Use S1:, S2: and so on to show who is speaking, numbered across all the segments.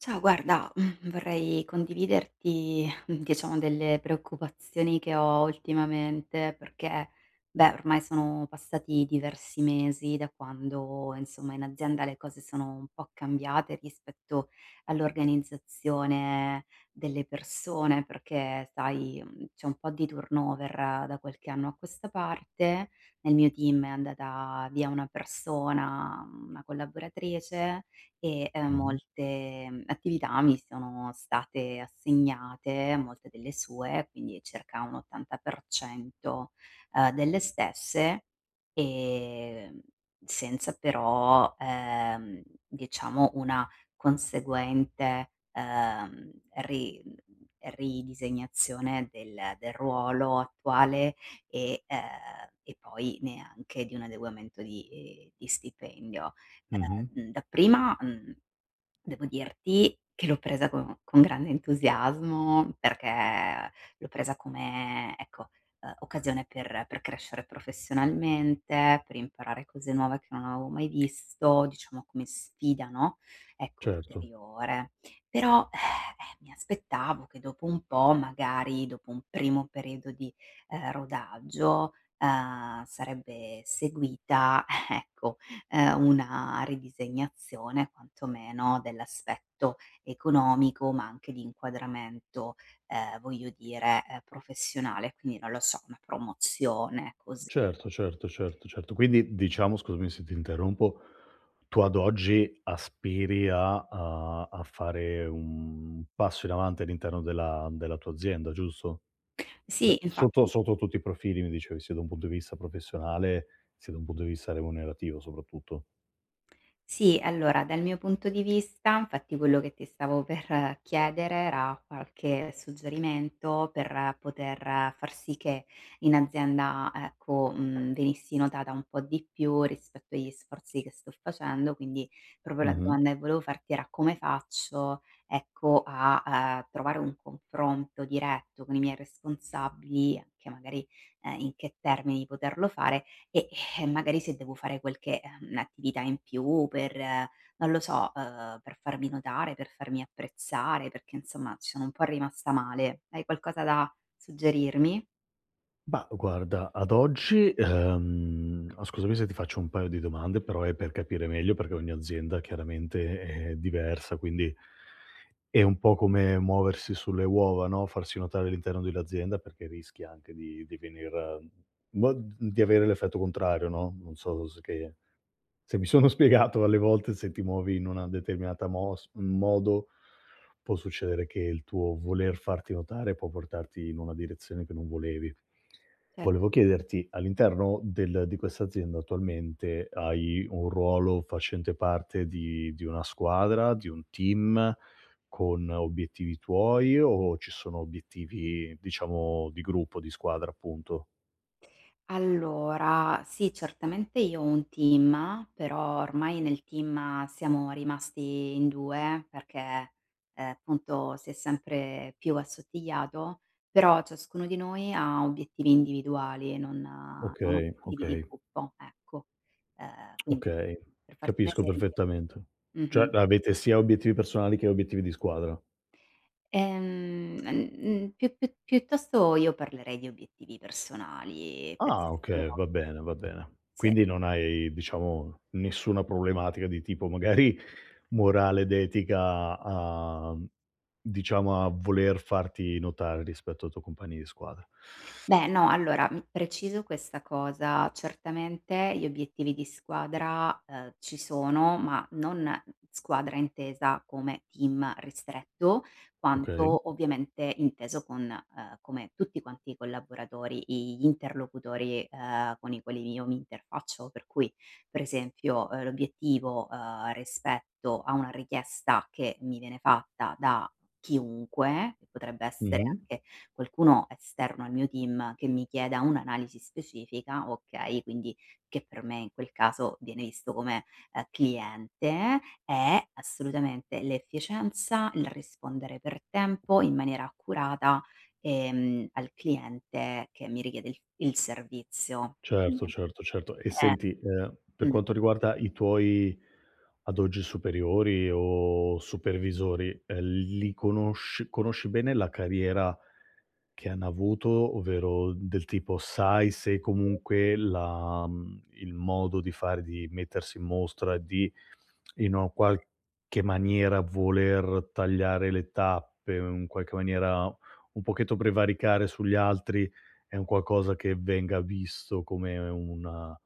S1: Ciao, guarda, vorrei condividerti, diciamo delle preoccupazioni che ho ultimamente perché, beh, ormai sono passati diversi mesi da quando, insomma, in azienda le cose sono un po' cambiate rispetto all'organizzazione delle persone, perché sai, c'è un po' di turnover da qualche anno a questa parte. Nel mio team è andata via una persona, una collaboratrice e,
S2: Mh-mh,
S1: molte, attività mi sono state assegnate, molte delle sue, quindi circa un 80% delle stesse, ehm, senza però, diciamo una conseguente, ri mhmm, ridisegnazione del ruolo attuale e poi neanche di un adeguamento di stipendio.
S2: mh-mh.
S1: Dapprima, devo dirti che l'ho presa co con grande entusiasmo perché l'ho presa come, ecco, occasione per crescere professionalmente, per imparare cose nuove che non avevo mai visto, diciamo come sfida, no, ecco,
S2: Certo,
S1: ulteriore. Però, mi aspettavo che dopo un po', magari dopo un primo periodo di, rodaggio, sarebbe seguita, ecco, una ridisegnazione quantomeno dell'aspetto economico, ma anche di inquadramento, voglio dire, professionale, quindi non lo so, una promozione, così.
S2: certo, certo, certo, certo. Quindi diciamo, scusami se ti interrompo, tu ad oggi aspiri a fare un passo in avanti all'interno della tua azienda, giusto? Da
S1: Sì,
S2: sotto
S1: infatti.
S2: sotto tutti i profili mi dicevi, sia da un punto di vista professionale, sia da un punto di vista remunerativo soprattutto.
S1: Sì, allora dal mio punto di vista, infatti quello che ti stavo per chiedere era qualche suggerimento per poter far sì che in azienda, ecco, venissi notata un po' di più rispetto agli sforzi che sto facendo. Quindi proprio la
S2: Mh-mh.
S1: domanda che volevo farti era: come faccio, ecco, a, trovare un confronto diretto con i miei responsabili, anche magari, in che termini poterlo fare e, magari se devo fare qualche, attività in più per, non lo so, per farmi notare, per farmi apprezzare, perché insomma ci sono un po' rimasta male. Hai qualcosa da suggerirmi?
S2: Mah, guarda, ad oggi, oh, scusami se ti faccio un paio di domande, però è per capire meglio, perché ogni azienda chiaramente è diversa, quindi è un po' come muoversi sulle uova, no, farsi notare all'interno dell'azienda, perché rischi anche di venir boh, di avere l'effetto contrario, no, non so se mi sono spiegato. Alle volte se ti muovi in una determinata mos modo, può succedere che il tuo voler farti notare può portarti in una direzione che non volevi. Volevo chiederti, all'interno del di questa azienda attualmente hai un ruolo facente parte di una squadra, di un team, con obiettivi tuoi o ci sono obiettivi, diciamo, di gruppo, di squadra appunto?
S1: Allora, sì, certamente io ho un team, però ormai nel team siamo rimasti in 2 perché, appunto si è sempre più assottigliato, però ciascuno di noi ha obiettivi individuali, e non
S2: Okay,
S1: obiettivi di
S2: okay.
S1: gruppo, ecco. Quindi
S2: Okay,
S1: per farti un
S2: capisco
S1: esempio.
S2: perfettamente. Cioè
S1: Mh-mh.
S2: avete sia obiettivi personali che obiettivi di squadra.
S1: N n Più piuttosto io parlerei di obiettivi personali, per
S2: Ah,
S1: esempio
S2: okay, va bene, va bene.
S1: se.
S2: Quindi non hai, diciamo, nessuna problematica di tipo magari morale ed etica a diciamo, a voler farti notare rispetto ai tuoi compagni di squadra.
S1: Beh, no, allora, preciso questa cosa: certamente gli obiettivi di squadra, ci sono, ma non squadra intesa come team ristretto,
S2: Okay.
S1: quanto ovviamente inteso con come tutti quanti i collaboratori, i gli interlocutori, con i quali io mi interfaccio. Per cui, per esempio, l'obiettivo, rispetto a una richiesta che mi viene fatta da chiunque, che potrebbe essere
S2: Mh-mh.
S1: anche qualcuno esterno al mio team che mi chieda un'analisi specifica, okay, quindi che per me in quel caso viene visto come, cliente, è assolutamente l'efficienza, il rispondere per tempo in maniera accurata, al cliente che mi richiede il servizio. Mh.
S2: Certo,
S1: Quindi
S2: certo, certo. E
S1: eh,
S2: senti, per
S1: mh.
S2: quanto riguarda i tuoi, ad oggi superiori o supervisori, li conosci bene la carriera che hanno avuto, ovvero del tipo sai se comunque il modo di fare, di mettersi in mostra, di in un qualche maniera voler tagliare le tappe, in qualche maniera un pochetto prevaricare sugli altri, è un qualcosa che venga visto come una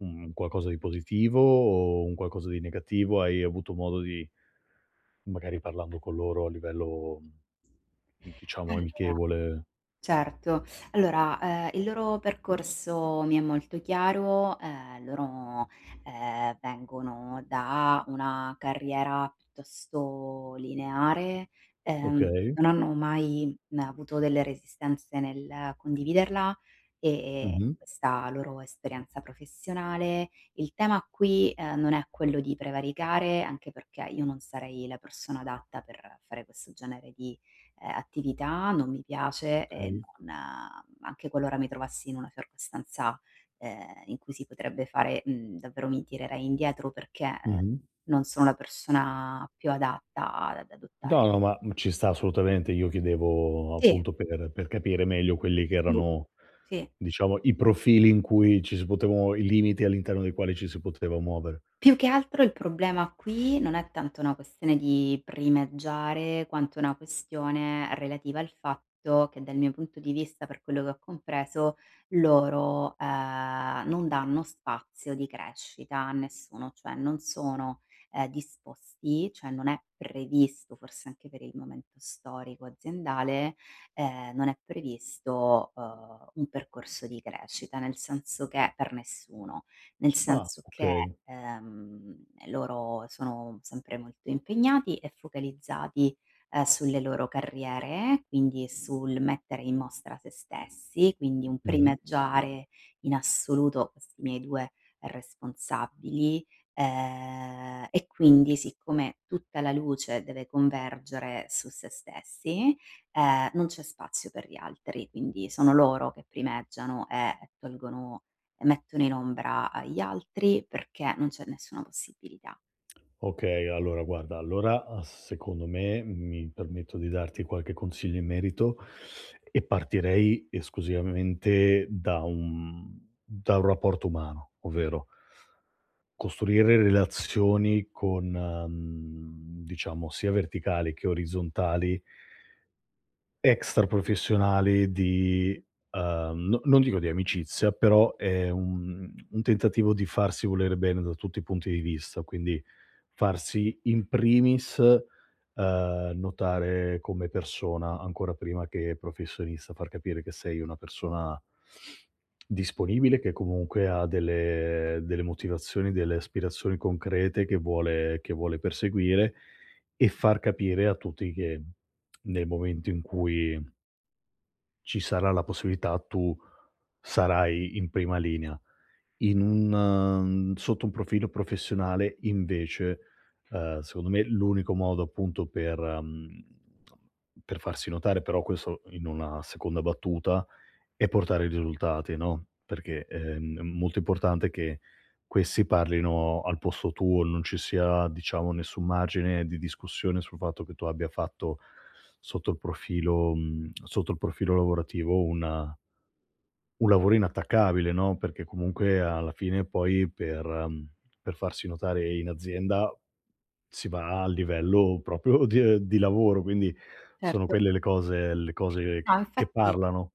S2: un qualcosa di positivo o un qualcosa di negativo? Hai avuto modo di magari parlando con loro a livello, diciamo
S1: Allora.
S2: amichevole.
S1: Certo. Allora, il loro percorso mi è molto chiaro, vengono da una carriera piuttosto lineare,
S2: Okay,
S1: non hanno mai, avuto delle resistenze nel condividerla,
S2: mh-mh,
S1: questa loro esperienza professionale. Il tema qui, non è quello di prevaricare, anche perché io non sarei la persona adatta per fare questo genere di attività, non mi piace e
S2: okay,
S1: non anche qualora mi trovassi in una circostanza, in cui si potrebbe fare, davvero mi tirerei indietro perché,
S2: mh-mh.
S1: non sono la persona più adatta ad
S2: No,
S1: adottare.
S2: no, ma ci sta assolutamente. Io chiedevo
S1: Sì,
S2: appunto per capire meglio quelli che
S1: mh,
S2: erano,
S1: sì.
S2: diciamo, i profili in cui ci si potevano i limiti all'interno dei quali ci si poteva muovere.
S1: Più che altro il problema qui non è tanto una questione di primeggiare, quanto una questione relativa al fatto che dal mio punto di vista, per quello che ho compreso, loro, non danno spazio di crescita a nessuno, cioè non sono, disposti, cioè non è previsto, forse anche per il momento storico aziendale, non è previsto, un percorso di crescita, nel senso che per nessuno. Nel
S2: Ah,
S1: senso che,
S2: okay.
S1: loro sono sempre molto impegnati e focalizzati, sulle loro carriere, quindi sul mettere in mostra se stessi, quindi un
S2: Mh-mh.
S1: primeggiare in assoluto questi miei 2 responsabili. E quindi siccome tutta la luce deve convergere su se stessi, non c'è spazio per gli altri, quindi sono loro che primeggiano e tolgono mettono in ombra, gli altri perché non c'è nessuna possibilità.
S2: Okay, allora guarda, allora secondo me mi permetto di darti qualche consiglio in merito e partirei esclusivamente da un rapporto umano, ovvero costruire relazioni con, diciamo sia verticali che orizzontali, extra professionali di no, non dico di amicizia, però è un tentativo di farsi volere bene da tutti i punti di vista, quindi farsi in primis, notare come persona ancora prima che professionista, far capire che sei una persona disponibile, che comunque ha delle motivazioni, delle aspirazioni concrete che vuole perseguire e far capire a tutti che nel momento in cui ci sarà la possibilità, tu sarai in prima linea. In un sotto un profilo professionale invece, secondo me l'unico modo appunto per, per farsi notare, però questo in una seconda battuta, e portare i risultati, no, perché, è molto importante che questi parlino al posto tuo, non ci sia, diciamo, nessun margine di discussione sul fatto che tu abbia fatto sotto il profilo lavorativo una un lavoro inattaccabile, no, perché comunque alla fine poi per farsi notare in azienda si va a livello proprio di lavoro, quindi sono
S1: Certo.
S2: quelle le cose
S1: No,
S2: che
S1: infatti.
S2: parlano.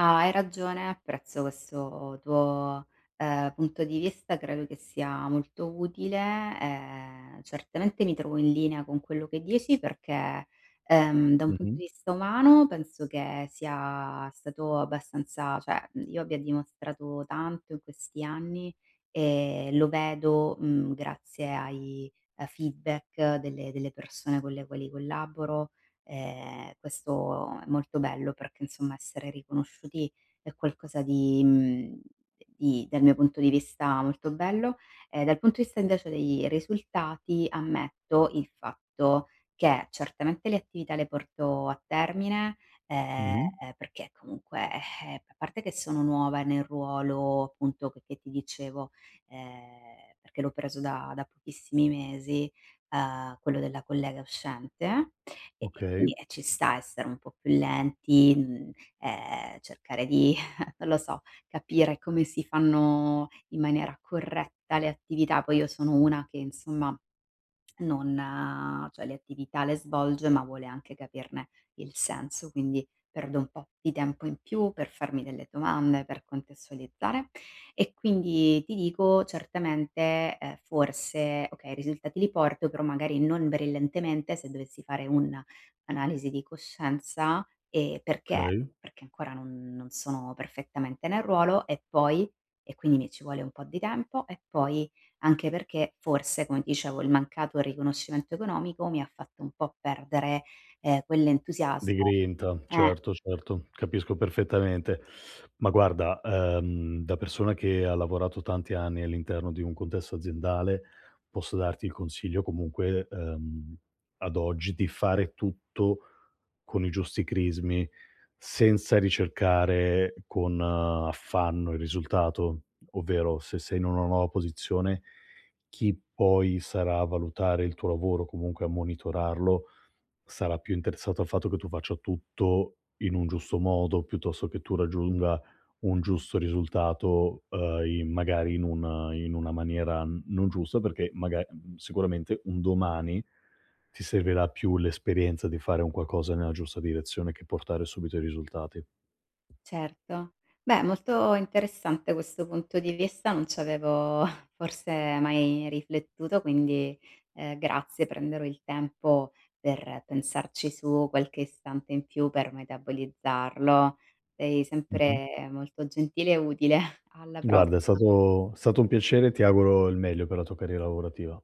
S1: Ah, hai ragione, apprezzo questo tuo, punto di vista, credo che sia molto utile, certamente mi trovo in linea con quello che dici perché, da un punto
S2: Mh-mh,
S1: di vista umano penso che sia stato abbastanza cioè, io abbia dimostrato tanto in questi anni e lo vedo, grazie ai, feedback delle persone con le quali collaboro. Questo è molto bello perché insomma essere riconosciuti è qualcosa di dal mio punto di vista molto bello. Dal punto di vista invece dei risultati ammetto il fatto che certamente le attività le porto a termine, ehm,
S2: mh-mh.
S1: perché comunque, a parte che sono nuova nel ruolo appunto che ti dicevo, perché l'ho preso da pochissimi mesi, quello della collega uscente e
S2: Okay,
S1: quindi, ci sta essere un po' più lenti, cercare di non lo so, capire come si fanno in maniera corretta le attività. Poi io sono una che insomma non cioè le attività le svolge, ma vuole anche capirne il senso, quindi perdo un po' di tempo in più per farmi delle domande, per contestualizzare e quindi ti dico certamente, forse okay, i risultati li porto, però magari non brillantemente se dovessi fare un'analisi di coscienza,
S2: okay.
S1: perché ancora non sono perfettamente nel ruolo e poi e quindi mi ci vuole un po' di tempo e poi anche perché forse, come ti dicevo, il mancato riconoscimento economico mi ha fatto un po' perdere,
S2: Di
S1: quell'entusiasmo.
S2: grinta,
S1: Eh,
S2: certo, certo, capisco perfettamente. Ma guarda, da persona che ha lavorato tanti anni all'interno di un contesto aziendale, posso darti il consiglio comunque, ad oggi di fare tutto con i giusti crismi, senza ricercare con affanno il risultato, ovvero se sei in una nuova posizione, chi poi sarà a valutare il tuo lavoro, comunque a monitorarlo, sarà più interessato al fatto che tu faccia tutto in un giusto modo, piuttosto che tu raggiunga un giusto risultato, in magari in un in una maniera non giusta, perché sicuramente un domani ti servirà più l'esperienza di fare un qualcosa nella giusta direzione che portare subito i risultati.
S1: certo. Beh, molto interessante questo punto di vista, non ci avevo forse mai riflettuto, quindi, grazie, prenderò il tempo per pensarci su, qualche istante in più per metabolizzarlo. Sei
S2: Mh-mh.
S1: sempre molto gentile e utile. Alla prossima.
S2: Guarda, è stato un piacere, ti auguro il meglio per la tua carriera lavorativa.